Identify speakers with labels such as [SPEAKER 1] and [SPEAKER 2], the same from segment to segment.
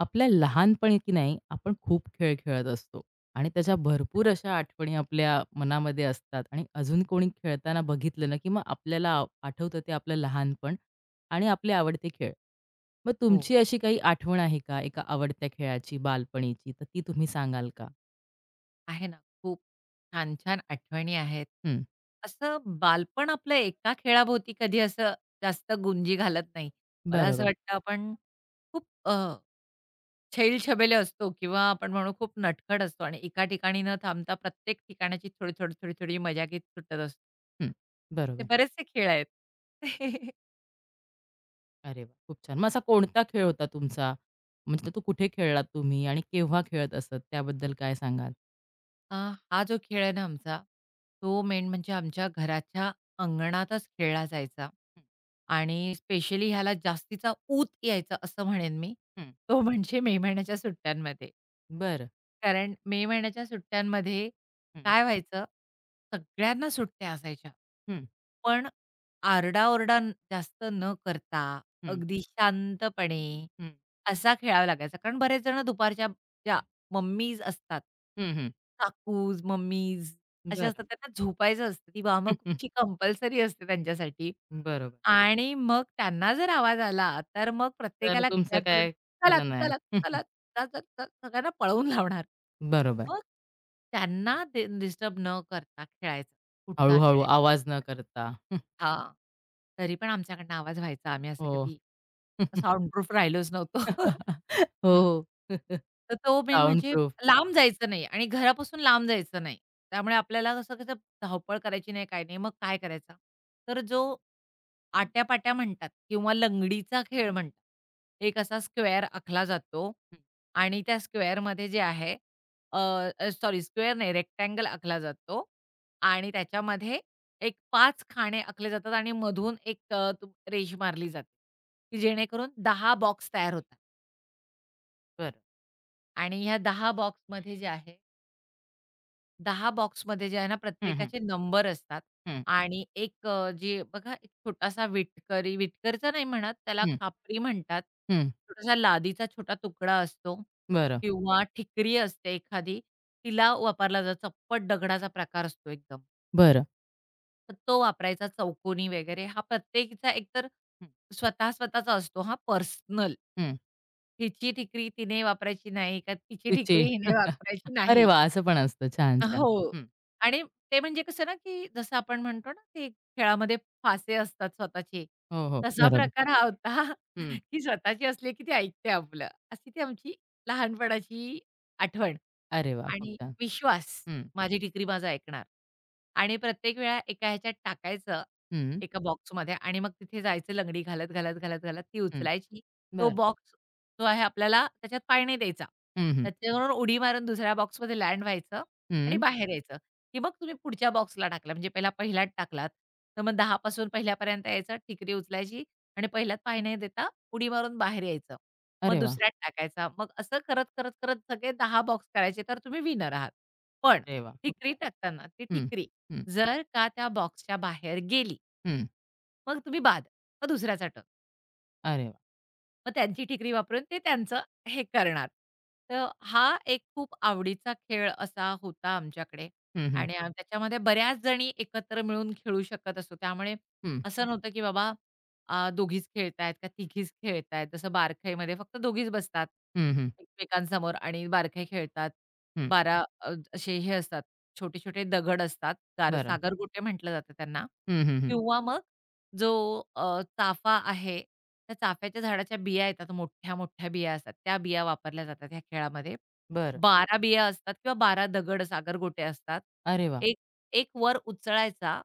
[SPEAKER 1] आपल्या लहानपणी की नाही आपण खूप खेळ खेळत असतो. आणि त्याच्या भरपूर अशा आठवणी आपल्या मनामध्ये असतात आणि अजून कोणी खेळताना बघितलं ना की मग आपल्याला आठवतं ते आपलं लहानपण आणि आपले आवडते खेळ. मग
[SPEAKER 2] हो,
[SPEAKER 1] तुमची अशी काही आठवण आहे का एका आवडत्या खेळाची बालपणीची, तर ती तुम्ही सांगाल का?
[SPEAKER 2] आहे ना. खूप छान-छान आठवणी आहेत.
[SPEAKER 1] हं,
[SPEAKER 2] असं बालपण आपलं एका खेळाभोवती कधी असं जास्त गुंजी घालत नाही. मला असं
[SPEAKER 1] बरोबर.
[SPEAKER 2] वाटतं आपण खूप छैल-छबेले असतो किंवा आपण म्हणू खूप नटखट असतो आणि एका ठिकाणी न थांबता प्रत्येक ठिकाणाची थोडी, थोडी, थोडी, थोडी मजाकीत सुटत असतो.
[SPEAKER 1] हं,
[SPEAKER 2] असे
[SPEAKER 1] बरोबर.
[SPEAKER 2] बरेचसे खेळ आहेत.
[SPEAKER 1] अरे वा, खूप छान. मग असा कोणता खेळ होता तुमचा? म्हणजे तो कुठे खेळलात तुम्ही आणि केव्हा खेळत असत, त्याबद्दल काय सांगाल?
[SPEAKER 2] अ, हा जो खेळ आहे ना आमचा, तो मेन म्हणजे आमच्या घराच्या अंगणातच खेळला जायचा
[SPEAKER 1] हं,
[SPEAKER 2] आणि स्पेशली ह्याला जास्तीचा ऊत यायचा असं म्हणेन मी.
[SPEAKER 1] हं,
[SPEAKER 2] तो म्हणजे मे महिन्याच्या सुट्ट्यांमध्ये.
[SPEAKER 1] बरं.
[SPEAKER 2] कारण मे महिन्याच्या सुट्ट्यांमध्ये
[SPEAKER 1] हं,
[SPEAKER 2] काय व्हायचं, सगळ्यांना सुट्ट्या असायच्या.
[SPEAKER 1] हं,
[SPEAKER 2] पण आरडाओरडा जास्त न करता,
[SPEAKER 1] हं.
[SPEAKER 2] अगदी शांतपणे
[SPEAKER 1] हं,
[SPEAKER 2] असा खेळावा लागायचा. कारण बरेच जण दुपारच्या ज्या मम्मीज असतात,
[SPEAKER 1] हं, हं.
[SPEAKER 2] काकूज, मम्मीज अशा
[SPEAKER 1] बरं.
[SPEAKER 2] असतात, त्यांना झोपायचं असतं. ती
[SPEAKER 1] हं, हं.
[SPEAKER 2] वामकुक्षी कंपल्सरी असते त्यांच्यासाठी.
[SPEAKER 1] बरोबर.
[SPEAKER 2] आणि मग त्यांना जर आवाज आला, तर मग
[SPEAKER 1] तर
[SPEAKER 2] प्रत्येकाला
[SPEAKER 1] तुमचं
[SPEAKER 2] घरात बोलून,
[SPEAKER 1] काय
[SPEAKER 2] "चला,
[SPEAKER 1] खरं नाही.
[SPEAKER 2] चला."
[SPEAKER 1] हं, हं.
[SPEAKER 2] चला जा, जा, जा, सगळ्यांना पळवून लावणार.
[SPEAKER 1] बरोबर.
[SPEAKER 2] मग त्यांना डिस्टर्ब न करता खेळायचं. पुढचा
[SPEAKER 1] हळू-हळू
[SPEAKER 2] खेळायचा.
[SPEAKER 1] आवाज न करता. हं.
[SPEAKER 2] हां. तरी पण आमच्याकडनं आवाज व्हायचा. आम्ही असे
[SPEAKER 1] हो.
[SPEAKER 2] कधी साउंडप्रूफ राहिलोच नव्हतो.
[SPEAKER 1] हो, हो.
[SPEAKER 2] तर तो मेन
[SPEAKER 1] साउंड
[SPEAKER 2] म्हणजे
[SPEAKER 1] प्रूफ. हां.
[SPEAKER 2] लांब जायचं नाही आणि घरापासून लांब जायचं नाही. त्यामुळे आपल्याला कसं कसं धावपळ करायची नाही, काय नाही. मग काय करायचा? तर जो आट्यापाट्या म्हणतात किंवा लंगडीचा खेळ म्हणतात. एक असा स्क्वेअर आखला जातो
[SPEAKER 1] हं.
[SPEAKER 2] आणि त्या स्क्वेअरमध्ये जे आहे, सॉरी स्क्वेअर नाही रेक्टेंगल आखला जातो आणि त्याच्यामध्ये एक पाच खाणे आखले जातात आणि मधून एक अ, तू रेष मारली जाते, की जेणेकरून 10 बॉक्स तयार होतात
[SPEAKER 1] बरं.
[SPEAKER 2] आणि ह्या 10 बॉक्समध्ये जे आहे, 10 बॉक्समध्ये जे आहे ना
[SPEAKER 1] हं, हं.
[SPEAKER 2] प्रत्येकाचे नंबर असतात
[SPEAKER 1] हं,
[SPEAKER 2] आणि एक जे बघा एक छोटासा विटकरी विटकरचा नाही म्हणत, त्याला
[SPEAKER 1] हं,
[SPEAKER 2] खापरी म्हणतात.
[SPEAKER 1] हं.
[SPEAKER 2] छोटासा लादीचा छोटा तुकडा असतो
[SPEAKER 1] बरं,
[SPEAKER 2] किंवा ठिकरी असते एखादी, तिला वापरला जातो. चप्पट दगडाचा प्रकार असतो एकदम.
[SPEAKER 1] बरं.
[SPEAKER 2] तो वापरायचा चौकोनी वगैरे हा प्रत्येकीचा एकतर
[SPEAKER 1] हं,
[SPEAKER 2] स्वतः स्वतःचा असतो हा पर्सनल.
[SPEAKER 1] हं.
[SPEAKER 2] हिची ठिकरी तिने वापरायची नाही का तिची
[SPEAKER 1] तिची.
[SPEAKER 2] ठिकरी हिने वापरायची
[SPEAKER 1] अरे
[SPEAKER 2] नाही.
[SPEAKER 1] वाह! असं पण असतं. छान, छान.
[SPEAKER 2] हो.
[SPEAKER 1] हं.
[SPEAKER 2] आणि ते म्हणजे कसं ना, की जसं आपण म्हणतो ना, की खेळामध्ये फासे असतात स्वतःचे,
[SPEAKER 1] हो, हो.
[SPEAKER 2] तसा
[SPEAKER 1] बरोबर.
[SPEAKER 2] प्रकार हा होता,
[SPEAKER 1] हं.
[SPEAKER 2] की स्वतःचे असले की ती ऐकते आपलं. अशी ती आमची लहानपणाची आठवण
[SPEAKER 1] अरे वाह! खूप
[SPEAKER 2] आणि
[SPEAKER 1] छान.
[SPEAKER 2] विश्वास,
[SPEAKER 1] हं,
[SPEAKER 2] माझी टिकरी माझं ऐकणार. आणि प्रत्येक वेळा एका ह्याच्यात टाकायचं,
[SPEAKER 1] हं,
[SPEAKER 2] एका बॉक्समध्ये आणि मग तिथे जायचं लंगडी घालत, घालत, घालत, घालत ती
[SPEAKER 1] हं.
[SPEAKER 2] उचलायची. तो
[SPEAKER 1] बरं.
[SPEAKER 2] बॉक्स जो आहे आपल्याला त्याच्यात पाय नाही द्यायचा.
[SPEAKER 1] हं, हं.
[SPEAKER 2] त्याच्याबरोबर उडी मारून दुसऱ्या बॉक्समध्ये लँड व्हायचं आणि
[SPEAKER 1] हं.
[SPEAKER 2] बाहेर यायचं. की मग तुम्ही पुढच्या बॉक्सला टाकला म्हणजे पहिला पहिल्यात टाकलात, तर मग 10 पासून पहिल्यापर्यंत यायचं, ठिकरी उचलायची आणि पहिल्यात पाय नाही देता उडी मारून बाहेर यायचं. मग
[SPEAKER 1] अरे वाह!
[SPEAKER 2] दुसऱ्यात टाकायचा. मग असं करत, करत, करत सगळे 10 बॉक्स करायचे तर तुम्ही विनर आहात. पण
[SPEAKER 1] अरे वाह! खूप
[SPEAKER 2] ठिकरी
[SPEAKER 1] छान.
[SPEAKER 2] टाकताना ती
[SPEAKER 1] हं,
[SPEAKER 2] ठिकरी
[SPEAKER 1] हं,
[SPEAKER 2] जर का त्या बॉक्सच्या बाहेर गेली,
[SPEAKER 1] हं.
[SPEAKER 2] मग तुम्ही बाद. मग दुसऱ्याचा टर्न.
[SPEAKER 1] अरे वाह!
[SPEAKER 2] मग त्यांची ठिकरी वापरून ते त्यांचं हे करणार. तर हा एक खूप आवडीचा खेळ असा होता आमच्याकडे
[SPEAKER 1] हं, हं.
[SPEAKER 2] आणि हं. त्याच्यामध्ये बऱ्याच जणी एकत्र मिळून खेळू शकत असतो. त्यामुळे
[SPEAKER 1] हं.
[SPEAKER 2] असं हं. नव्हतं, की बाबा दोघीच खेळतायत का तिघीच खेळतायत. जसं बारखाईमध्ये फक्त दोघीच बसतात
[SPEAKER 1] हं, हं.
[SPEAKER 2] एकमेकांसमोर आणि बारखाई खेळतात.
[SPEAKER 1] हं.
[SPEAKER 2] 12 असे हे असतात छोटे-छोटे दगड असतात. गार
[SPEAKER 1] बरं.
[SPEAKER 2] सागरगोटे म्हटलं जातं त्यांना
[SPEAKER 1] हं, हं, हं.
[SPEAKER 2] किंवा मग जो चाफा आहे, त्या चाफ्याच्या झाडाच्या बिया येतात मोठ्या-मोठ्या बिया असतात. त्या बिया वापरल्या जातात ह्या खेळामध्ये. हो.
[SPEAKER 1] बरं.
[SPEAKER 2] 12 बिया असतात किंवा 12 दगड सागरगोटे असतात.
[SPEAKER 1] अरे वाह!
[SPEAKER 2] एक एक वर उचलायचा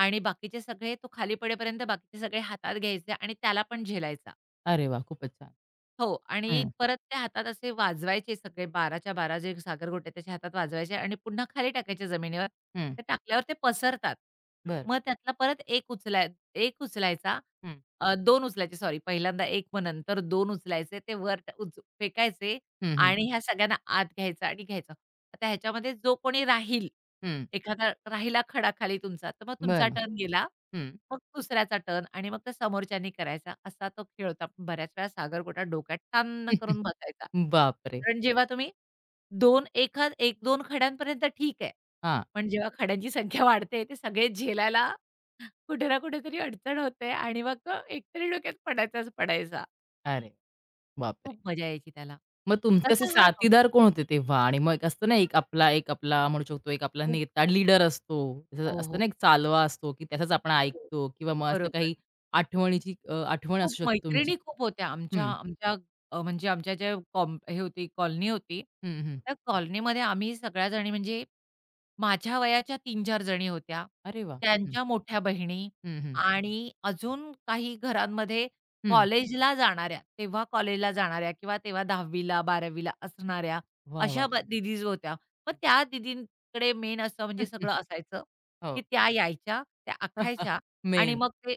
[SPEAKER 2] आणि बाकीचे सगळे तो खाली पडेपर्यंत बाकीचे सगळे हातात घ्यायचे आणि त्याला पण झेलायचा.
[SPEAKER 1] अरे वाह! खूपच छान.
[SPEAKER 2] हो आणि
[SPEAKER 1] हं.
[SPEAKER 2] परत ते हातात असे वाजवायचे सगळे 12च्या 12 जे सागरगोटे त्याच्या हातात वाजवायचे आणि पुन्हा खाली टाकायचे जमिनीवर.
[SPEAKER 1] हं.
[SPEAKER 2] ते टाकल्यावर ते पसरतात.
[SPEAKER 1] बरं.
[SPEAKER 2] मग त्यातला परत एक उचलाय 1 उचलायचा,
[SPEAKER 1] हं.
[SPEAKER 2] 2 उचलायचे सॉरी पहिल्यांदा 1 मग नंतर 2 उचलायचे ते वर ट- उच फेकायचे
[SPEAKER 1] हं, हं.
[SPEAKER 2] आणि ह्या सगळ्यांना आत घ्यायचं आणि घ्यायचं. आता ह्याच्यामध्ये जो कोणी राहील,
[SPEAKER 1] हं.
[SPEAKER 2] एखादा राहिला खडा खाली तुमचा, तर मग तुमचा
[SPEAKER 1] बरं.
[SPEAKER 2] टर्न गेला.
[SPEAKER 1] हं.
[SPEAKER 2] मग दुसऱ्याचा टर्न आणि मग त्या समोरच्यांनी करायचा. असा तो खेळ होता. आपण बऱ्याच वेळा सागरगोटा डोक्यात टांन करून बसायचा.
[SPEAKER 1] बापरे!
[SPEAKER 2] कारण जेव्हा तुम्ही 2 एखाद 1-2 खड्यांपर्यंत ठीक आहे.
[SPEAKER 1] हां.
[SPEAKER 2] पण जेव्हा खड्यांची संख्या वाढते ते सगळे झेलायला कुठे ना कुठेतरी अडचण होते आणि मग एकतरी डोक्यात पडायचाच पडायचा.
[SPEAKER 1] अरे बापरे!
[SPEAKER 2] खूप मजा यायची त्याला.
[SPEAKER 1] मग तुमचे असे
[SPEAKER 2] तसा हा नव्हता.
[SPEAKER 1] साथीदार कोण होते तेव्हा? आणि मग एक असतं ना, एक आपला, एक आपला म्हणू शकतो, एक आपला
[SPEAKER 2] खूप
[SPEAKER 1] नेता लीडर असतो. त्याचं
[SPEAKER 2] हो,
[SPEAKER 1] असतं
[SPEAKER 2] हो.
[SPEAKER 1] ना, एक चालवा असतो, की त्याचाच आपण
[SPEAKER 2] हो.
[SPEAKER 1] ऐकतो, किंवा मग असं
[SPEAKER 2] बरोबर.
[SPEAKER 1] काही आठवणीची आठवण
[SPEAKER 2] खूप
[SPEAKER 1] असू शकते तुमची.
[SPEAKER 2] मैत्रिणी खूप होत्या आमच्या
[SPEAKER 1] हं.
[SPEAKER 2] आमच्या म्हणजे आमच्या ज्या कॉम हे होती कॉलनी होती.
[SPEAKER 1] हं, हं.
[SPEAKER 2] त्या कॉलनीमध्ये आम्ही सगळ्या जणी म्हणजे माझ्या वयाच्या 3-4 जणी होत्या.
[SPEAKER 1] अरे वाह! हं.
[SPEAKER 2] त्यांच्या मोठ्या बहिणी
[SPEAKER 1] हं, हं.
[SPEAKER 2] आणि अजून काही घरांमध्ये
[SPEAKER 1] हं.
[SPEAKER 2] कॉलेजला जाणाऱ्या, तेव्हा कॉलेजला जाणाऱ्या किंवा तेव्हा 10वीला 12वीला असणाऱ्या
[SPEAKER 1] वाह, वाह!
[SPEAKER 2] अशा दीदीज होत्या. मग त्या दीदींकडे मेन असं म्हणजे
[SPEAKER 1] हं,
[SPEAKER 2] सगळं असायचं,
[SPEAKER 1] हो.
[SPEAKER 2] की त्या यायच्या, त्या आखायच्या आणि
[SPEAKER 1] मेन.
[SPEAKER 2] मग ते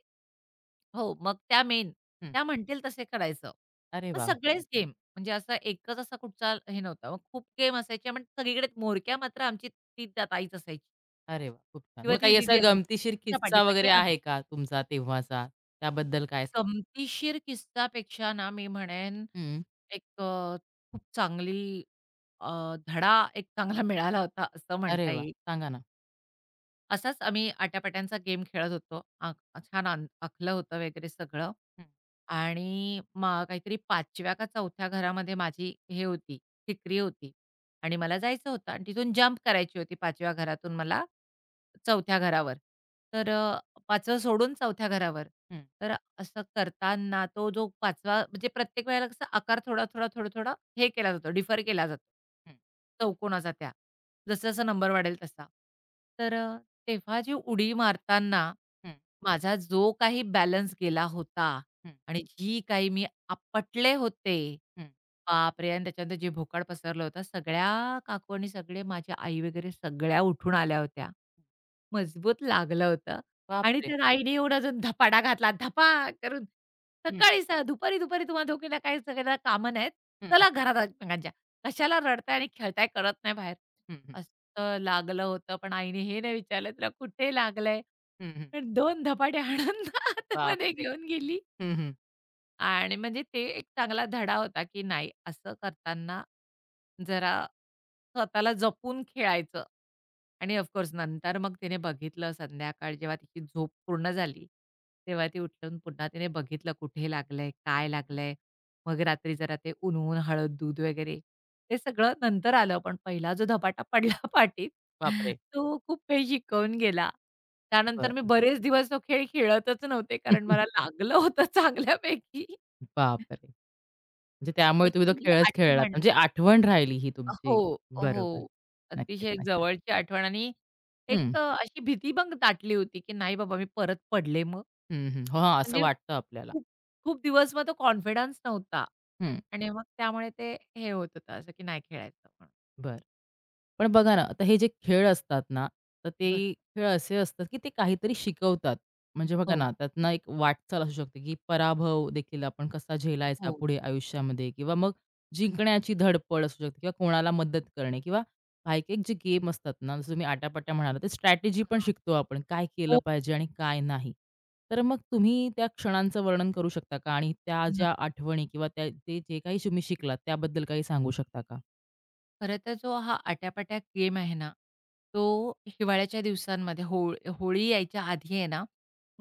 [SPEAKER 2] हो, मग त्या मेन.
[SPEAKER 1] हं.
[SPEAKER 2] त्या म्हणतील तसे करायचं.
[SPEAKER 1] अरे
[SPEAKER 2] मग
[SPEAKER 1] वाह!
[SPEAKER 2] सगळेच गेम म्हणजे असा एकच असा कुठचा हे नव्हता. मग खूप गेम असायचे आणि सगळीकडे म्होरक्या मात्र आमची ती त्या ताईच असायची
[SPEAKER 1] अरे वाह! खूप छान.
[SPEAKER 2] किंवा
[SPEAKER 1] मग
[SPEAKER 2] ती
[SPEAKER 1] काही असा
[SPEAKER 2] दीदी असायची.
[SPEAKER 1] गमतीशीर
[SPEAKER 2] तिच्या
[SPEAKER 1] किस्सा
[SPEAKER 2] पाठीपाठी
[SPEAKER 1] वगैरे
[SPEAKER 2] आम्ही.
[SPEAKER 1] आहे का तुमचा तेव्हाचा? त्याबद्दल काय सांग.
[SPEAKER 2] गमतीशीर किस्सापेक्षा ना मी म्हणेन
[SPEAKER 1] हं.
[SPEAKER 2] एक खूप चांगली अ, धडा एक चांगला मिळाला होता असं
[SPEAKER 1] अरे
[SPEAKER 2] म्हणता
[SPEAKER 1] वाह!
[SPEAKER 2] येईल.
[SPEAKER 1] सांगा ना.
[SPEAKER 2] असाच आम्ही आट्यापाट्यांचा गेम खेळत होतो. छान आन आखलं होतं वगैरे सगळं
[SPEAKER 1] हं,
[SPEAKER 2] आणि मग काहीतरी 5व्या का 4थ्या घरामध्ये माझी हे होती, ठिकरी होती आणि मला जायचं होतं आणि तिथून जंप करायची होती 5व्या घरातून मला 4थ्या घरावर. तर 5वं सोडून 4थ्या घरावर.
[SPEAKER 1] हं,
[SPEAKER 2] तर असं करताना तो जो 5वा म्हणजे प्रत्येक वेळेला कसा आकार थोडा, थोडा, थोडा, थोडा हे केला जातो, डिफर केला जातो.
[SPEAKER 1] हं,
[SPEAKER 2] चौकोनाचा त्या. जसं नंबर वाढेल तसा. तर तेव्हा जी उडी मारताना
[SPEAKER 1] हं,
[SPEAKER 2] माझा जो काही बॅलन्स गेला होता
[SPEAKER 1] हं,
[SPEAKER 2] आणि जी काही मी आपटले होते,
[SPEAKER 1] हं.
[SPEAKER 2] बापरे! आणि त्याच्यानंतर जे भोकाड पसरलं होतं, सगळ्या काकू आणि सगळे माझ्या आई वगैरे सगळ्या उठून आल्या होत्या. मजबूत लागलं होतं आणि
[SPEAKER 1] बापरे!
[SPEAKER 2] त्या आईने येऊन अजून धपाडा घातला, धपा करून.
[SPEAKER 1] हं,
[SPEAKER 2] सकाळी स दुपारी-दुपारी तुम्हा दोघींना काही सगळ्यांना कामं नाहीत.
[SPEAKER 1] हं, हं,
[SPEAKER 2] चला घरात एकमेकांच्या. कशाला रडताय आणि खेळताय कळत नाही बाहेर.
[SPEAKER 1] हं, हं,
[SPEAKER 2] असं लागलं होतं, पण आईने हे नाही विचारलं तुला कुठे लागलंय?
[SPEAKER 1] हं,
[SPEAKER 2] पण दोन धपाटे हाणून ना आतमध्ये
[SPEAKER 1] बापरे!
[SPEAKER 2] घेऊन गेली.
[SPEAKER 1] हं, हं.
[SPEAKER 2] आणि म्हणजे ते एक चांगला धडा होता, की नाही असं करताना जरा स्वतःला जपून खेळायचं. आणि ऑफ नंतर मग तिने बघितलं संध्याकाळ जेव्हा तिची झोप पूर्ण झाली, तेव्हा ती उठून पुन्हा तिने बघितलं कुठे लागलंय, काय लागलंय. मग रात्री जरा ते ऊन हळद, दूध वगैरे ते सगळं नंतर आलं. पण पहिला जो धपाटा पडला पाटीत
[SPEAKER 1] बापरे!
[SPEAKER 2] तो खूप काही शिकवून गेला. त्यानंतर मी
[SPEAKER 1] बरं.
[SPEAKER 2] बरेच दिवस तो खेळ खेळतच नव्हते, कारण मला लागलं होतं चांगल्यापैकी.
[SPEAKER 1] बापरे! म्हणजे त्यामुळे
[SPEAKER 2] एक
[SPEAKER 1] तुम्ही तो
[SPEAKER 2] चांगली
[SPEAKER 1] खेळच खेळलात.
[SPEAKER 2] आठवण.
[SPEAKER 1] म्हणजे आठवण राहिली ही
[SPEAKER 2] हो,
[SPEAKER 1] तुमची. बरोबर.
[SPEAKER 2] हो.
[SPEAKER 1] नक्कीच,
[SPEAKER 2] अतिशय
[SPEAKER 1] नक्कीच.
[SPEAKER 2] जवळची आठवण आणि एक
[SPEAKER 1] हं,
[SPEAKER 2] अशी भीती पण दाटली होती, की नाही बाबा मी परत पडले मग?
[SPEAKER 1] हं, हं. हां, असं
[SPEAKER 2] म्हणजे
[SPEAKER 1] वाटतं आपल्याला.
[SPEAKER 2] खूप खूप दिवस मग तो कॉन्फिडन्स नव्हता
[SPEAKER 1] हं,
[SPEAKER 2] आणि मग त्यामुळे ते हे होत होतं असं, की नाही खेळायचं म्हणून.
[SPEAKER 1] बरं. पण बघा ना, आता हे जे खेळ असतात ना, तर ते
[SPEAKER 2] बरोबर.
[SPEAKER 1] खेळ असे असतात, की ते काहीतरी शिकवतात. म्हणजे बघा
[SPEAKER 2] हो,
[SPEAKER 1] ना, त्यातनं एक वाटचाल असू शकते, की पराभव देखील आपण कसा झेलायचा
[SPEAKER 2] हो.
[SPEAKER 1] पुढे आयुष्यामध्ये, किंवा मग जिंकण्याची धडपड असू शकते, किंवा कोणाला मदत करणे, किंवा काही-काही जे गेम असतात ना, जसं तुम्ही आटापाट्या म्हणालात, तर स्ट्रॅटेजी पण
[SPEAKER 2] हां.
[SPEAKER 1] शिकतो आपण. काय केलं
[SPEAKER 2] हो,
[SPEAKER 1] पाहिजे आणि काय नाही. तर मग तुम्ही त्या क्षणांचं वर्णन करू शकता का? आणि त्या ज्या
[SPEAKER 2] नक्की.
[SPEAKER 1] आठवणी किंवा त्या, ते जे काही तुम्ही शिकलात त्याबद्दल काही सांगू शकता का?
[SPEAKER 2] खरं तर जो हा आट्यापाट्या गेम आहे ना, तो हिवाळ्याच्या दिवसांमध्ये होळी यायच्या आधी आहे ना,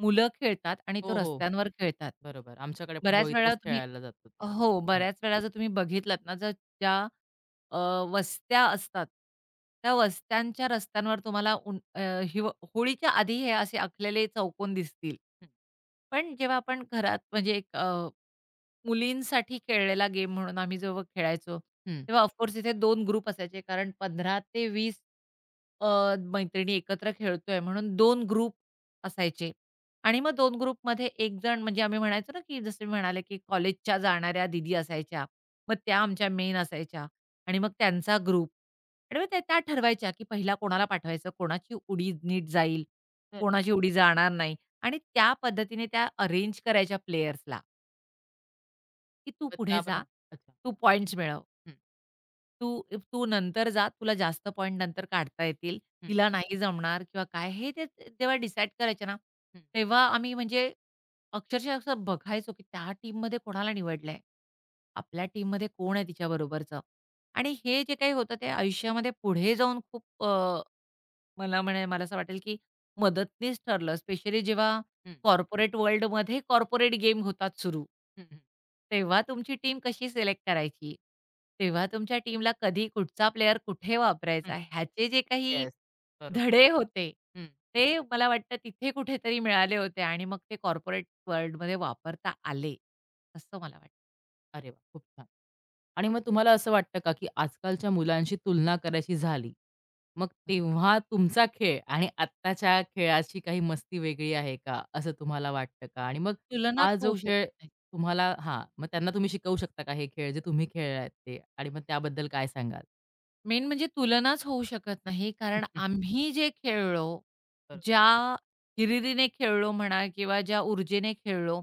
[SPEAKER 2] मुलं खेळतात आणि तो
[SPEAKER 1] हो, हो.
[SPEAKER 2] रस्त्यांवर खेळतात.
[SPEAKER 1] बरोबर. आमच्याकडे पण
[SPEAKER 2] बऱ्याच वेळा
[SPEAKER 1] होळीतच
[SPEAKER 2] तुम्ही
[SPEAKER 1] खेळायला जातो तो.
[SPEAKER 2] हो,
[SPEAKER 1] हं.
[SPEAKER 2] बऱ्याच वेळा जर तुम्ही बघितलात ना, जर ज्या अ, वस्त्या असतात, त्या वस्त्यांच्या रस्त्यांवर तुम्हाला उन अ, हिव होळीच्या आधी हे असे आखलेले चौकोन दिसतील.
[SPEAKER 1] हं,
[SPEAKER 2] पण जेव्हा आपण घरात म्हणजे एक मुलींसाठी खेळलेला गेम म्हणून आम्ही जेव्हा खेळायचो,
[SPEAKER 1] हं.
[SPEAKER 2] तेव्हा ऑफकोर्स इथे दोन ग्रुप असायचे. कारण 15 ते 20 मैत्रिणी एकत्र खेळतोय म्हणून 2 ग्रुप असायचे आणि मग 2 ग्रुपमध्ये एक जण म्हणजे आम्ही म्हणायचो ना, की जसं मी म्हणाले, की कॉलेजच्या जाणाऱ्या दीदी असायच्या. मग त्या आमच्या मेन असायच्या आणि मग त्यांचा ग्रुप आणि मग त्या त्या ठरवायच्या, की पहिला कोणाला पाठवायचं, कोणाची उडी नीट जाईल,
[SPEAKER 1] तर
[SPEAKER 2] कोणाची उडी जाणार नाही आणि त्या पद्धतीने त्या अरेंज करायच्या प्लेयर्सला. की तू
[SPEAKER 1] मग त्या
[SPEAKER 2] पुढे
[SPEAKER 1] प्र,
[SPEAKER 2] जा.
[SPEAKER 1] अच्छा.
[SPEAKER 2] तू पॉइंट्स मिळव.
[SPEAKER 1] हं,
[SPEAKER 2] तू तू नंतर जा. तुला जास्त पॉइंट नंतर काढता येतील.
[SPEAKER 1] हं,
[SPEAKER 2] तिला नाही जमणार किंवा काय हे ते ते- जेव्हा डिसाईड करायचे ना,
[SPEAKER 1] हं,
[SPEAKER 2] तेव्हा आम्ही म्हणजे अक्षरशः असं बघायचो की त्या टीममध्ये कोणाला निवडलंय? आपल्या टीममध्ये कोण आहे तिच्याबरोबरचं? आणि हे जे काही होतं ते आयुष्यामध्ये पुढे जाऊन खूप मला म्हणे मला असं वाटेल, की मदतनीस ठरलं. स्पेशली जेव्हा
[SPEAKER 1] हं,
[SPEAKER 2] कॉर्पोरेट वर्ल्डमध्ये कॉर्पोरेट गेम होतात सुरू.
[SPEAKER 1] हं, हं,
[SPEAKER 2] तेव्हा तुमची टीम कशी सिलेक्ट करायची? तेव्हा तुमच्या टीमला कधी कुठचा प्लेयर कुठे
[SPEAKER 1] हं.
[SPEAKER 2] वापरायचा? ह्याचे जे काही
[SPEAKER 1] येस. बरोबर.
[SPEAKER 2] धडे होते,
[SPEAKER 1] हं.
[SPEAKER 2] ते मला वाटतं तिथे कुठेतरी मिळाले होते आणि मग ते कॉर्पोरेट वर्ल्डमध्ये वापरता आले, असं मला वाटतं.
[SPEAKER 1] अरे वाह! खूप छान. आणि मग तुम्हाला असं वाटतं का, की आजकालच्या मुलांशी तुलना करायची झाली, मग
[SPEAKER 2] बरोबर.
[SPEAKER 1] तेव्हा तुमचा खेळ आणि आत्ताच्या खेळाची काही मस्ती वेगळी आहे का? असं तुम्हाला वाटतं का? आणि मग
[SPEAKER 2] तुलनाच
[SPEAKER 1] हा जो
[SPEAKER 2] होऊ
[SPEAKER 1] खेळ
[SPEAKER 2] शकत नाही.
[SPEAKER 1] तुम्हाला, हां, मग त्यांना तुम्ही शिकवू शकता का हे खेळ जे तुम्ही खेळलात ते? आणि मग त्याबद्दल काय सांगाल?
[SPEAKER 2] मेन म्हणजे तुलनाच होऊ शकत नाही.
[SPEAKER 1] हं,
[SPEAKER 2] कारण
[SPEAKER 1] हं.
[SPEAKER 2] आम्ही जे खेळलो,
[SPEAKER 1] बरोबर.
[SPEAKER 2] ज्या हिरिरीने खेळलो म्हणा किंवा ज्या ऊर्जेने खेळलो,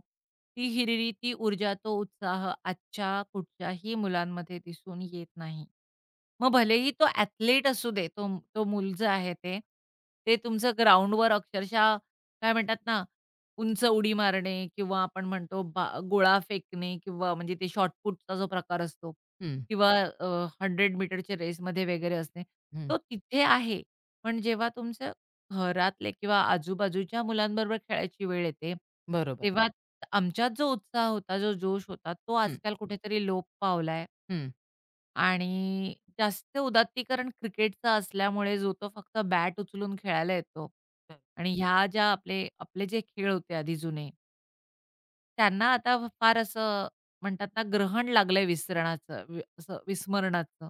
[SPEAKER 2] ती हिरिरी, ती ऊर्जा, तो उत्साह आजच्या कुठच्याही मुलांमध्ये दिसून येत नाही. मग भलेही तो ॲथलीट असू दे, तो तो मूल आहे ते, ते तुमचं ग्राउंडवर अक्षरशः काय म्हणतात ना, उंच उडी मारणे किंवा आपण म्हणतो बा गोळा फेकणे किंवा म्हणजे ते शॉटपुटचा जो प्रकार असतो
[SPEAKER 1] हं,
[SPEAKER 2] किंवा अ, 100 मीटरच्या रेसमध्ये वगैरे असणे,
[SPEAKER 1] हं.
[SPEAKER 2] तो तिथे आहे. पण जेव्हा तुमच्या घरातले किंवा आजूबाजूच्या मुलांबरोबर खेळायची वेळ येते,
[SPEAKER 1] बरोबर.
[SPEAKER 2] तेव्हा आमच्यात जो उत्साह होता, जो जोश होता, तो
[SPEAKER 1] हं,
[SPEAKER 2] आजकाल कुठेतरी लोप पावलाय.
[SPEAKER 1] हं,
[SPEAKER 2] आणि जास्त उदात्तीकरण क्रिकेटचं असल्यामुळे जो तो फक्त बॅट उचलून खेळायला येतो
[SPEAKER 1] तर
[SPEAKER 2] आणि ह्या ज्या आपले आपले जे खेळ होते आधी जुने, त्यांना आता फार असं म्हणतात ना, ग्रहण लागलंय विसरणाचं वि असं विस्मरणाचं.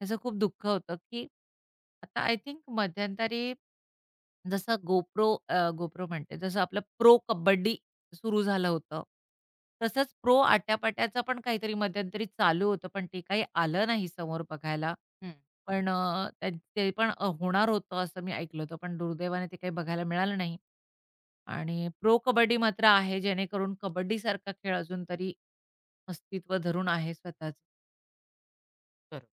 [SPEAKER 2] त्याचं खूप दुःख होतं, की आता आय थिंक मध्यंतरी जसं GoPro म्हणते, जसं आपलं प्रो कबड्डी सुरू झालं होतं. तसंच प्रो आट्यापाट्याचं पण काहीतरी मध्यंतरी चालू होतं, पण ते काही आलं नाही समोर बघायला.
[SPEAKER 1] हं.
[SPEAKER 2] पण त्या ते पण होणार होतं असं मी ऐकलं होतं, पण दुर्दैवाने ते काही बघायला मिळालं नाही. आणि प्रो कबड्डी मात्र आहे, जेणेकरून कबड्डीसारखा खेळ अजून तरी अस्तित्व धरून आहे स्वतःच.
[SPEAKER 1] बरोबर.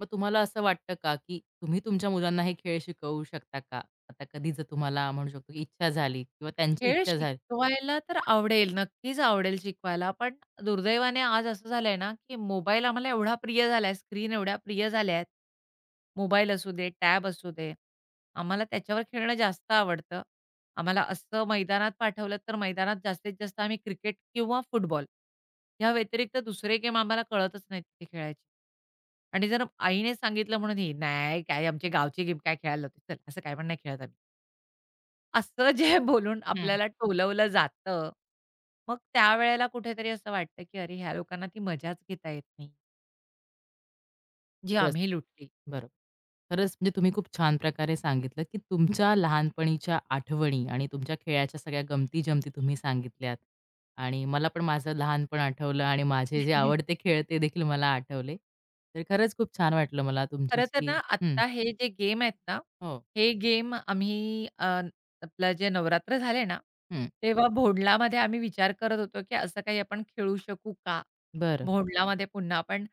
[SPEAKER 1] मग तुम्हाला असं वाटतं का, की तुम्ही तुमच्या मुलांना हे खेळ शिकवू शकता का? आता कधी जर तुम्हाला म्हणू शकतो, की इच्छा झाली किंवा त्यांची
[SPEAKER 2] खेळ
[SPEAKER 1] इच्छा झाली.
[SPEAKER 2] शिकवायला तर आवडेल, नक्कीच आवडेल शिकवायला. पण दुर्दैवाने आज असं झालंय ना, की मोबाईल आम्हाला एवढा प्रिय झालाय, स्क्रीन एवढ्या प्रिय झाल्या आहेत. मोबाईल असू दे, टॅब असू दे, आम्हाला त्याच्यावर खेळणं जास्त आवडतं. आम्हाला असं मैदानात पाठवलं तर मैदानात जास्तीत जास्त आम्ही क्रिकेट किंवा फुटबॉल या व्यतिरिक्त दुसरे गेम आम्हाला कळतच नाहीत ते खेळायचे आणि जर आईने सांगितलं म्हणून ही, "नाही, काय आमची गावची गेम काय खेळायला लावते, चल असं काय पण नाही खेळत आम्ही." असं जे बोलून
[SPEAKER 1] हं.
[SPEAKER 2] आपल्याला टोलवलं जातं, मग त्यावेळेला कुठेतरी असं वाटतं, की अरे ह्या लोकांना ती मजाच घेता येत नाही, जी
[SPEAKER 1] खरंच.
[SPEAKER 2] आम्ही लुटली.
[SPEAKER 1] बरोबर. खरंच म्हणजे तुम्ही खूप छान प्रकारे सांगितलं, की तुमच्या लहानपणीच्या आठवणी आणि तुमच्या खेळाच्या सगळ्या गमती-जमती तुम्ही सांगितल्यात. आणि मला पण माझं लहानपण आठवलं आणि माझे जे आवडते खेळ ते देखील मला आठवले. तर खरंच खूप छान वाटलं मला
[SPEAKER 2] खरं तर ना
[SPEAKER 1] तुमच्याशी. हं.
[SPEAKER 2] आत्ता हे जे गेम आहेत ना,
[SPEAKER 1] हो,
[SPEAKER 2] हे गेम आम्ही आपलं जे नवरात्र झाले ना,
[SPEAKER 1] हं.
[SPEAKER 2] तेव्हा भोंडलामध्ये आम्ही विचार करत होतो, की असं काही आपण खेळू शकू का?
[SPEAKER 1] बरं.
[SPEAKER 2] भोंडलामध्ये पुन्हा पण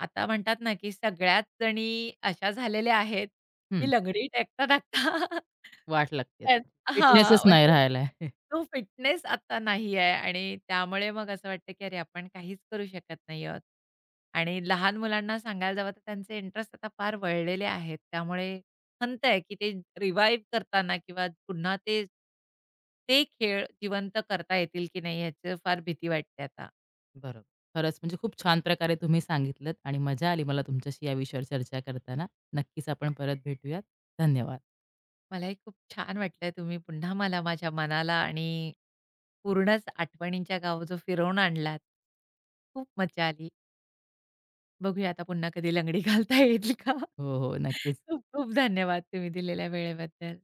[SPEAKER 2] आता म्हणतात ना, की सगळ्याच जणी अशा झालेल्या आहेत,
[SPEAKER 1] हं,
[SPEAKER 2] की लंगडी टाकता-टाकता
[SPEAKER 1] वाट लागते.
[SPEAKER 2] त्यात हां,
[SPEAKER 1] फिटनेसच नाही
[SPEAKER 2] म्हणजे
[SPEAKER 1] राहिला आहे.
[SPEAKER 2] तो फिटनेस आता नाही आहे आणि त्यामुळे मग असं वाटतं, की अरे आपण काहीच करू शकत नाही आहोत. आणि लहान मुलांना सांगायला जावं तर त्यांचे इंटरेस्ट आता फार वळलेले आहेत. त्यामुळे खंत आहे, की ते रिवाईव्ह करताना किंवा पुन्हा ते ते खेळ जिवंत करता येतील की नाही याची फार भीती वाटते आता.
[SPEAKER 1] बरोबर. खरंच म्हणजे खूप छान प्रकारे तुम्ही सांगितलत आणि मजा आली मला तुमच्याशी या विषयावर चर्चा करताना. नक्कीच आपण परत भेटूयात. धन्यवाद.
[SPEAKER 2] मलाही खूप छान वाटलं तुम्ही पुन्हा मला माझ्या मनाला आणि पूर्णच आठवणींच्या गाव जो फिरवून आणलात. खूप मज्जा आली. बघूया आता पुन्हा कधी लंगडी घालता येईल का?
[SPEAKER 1] हो, हो. नक्कीच.
[SPEAKER 2] खूप खूप धन्यवाद तुम्ही दिलेल्या वेळेबद्दल.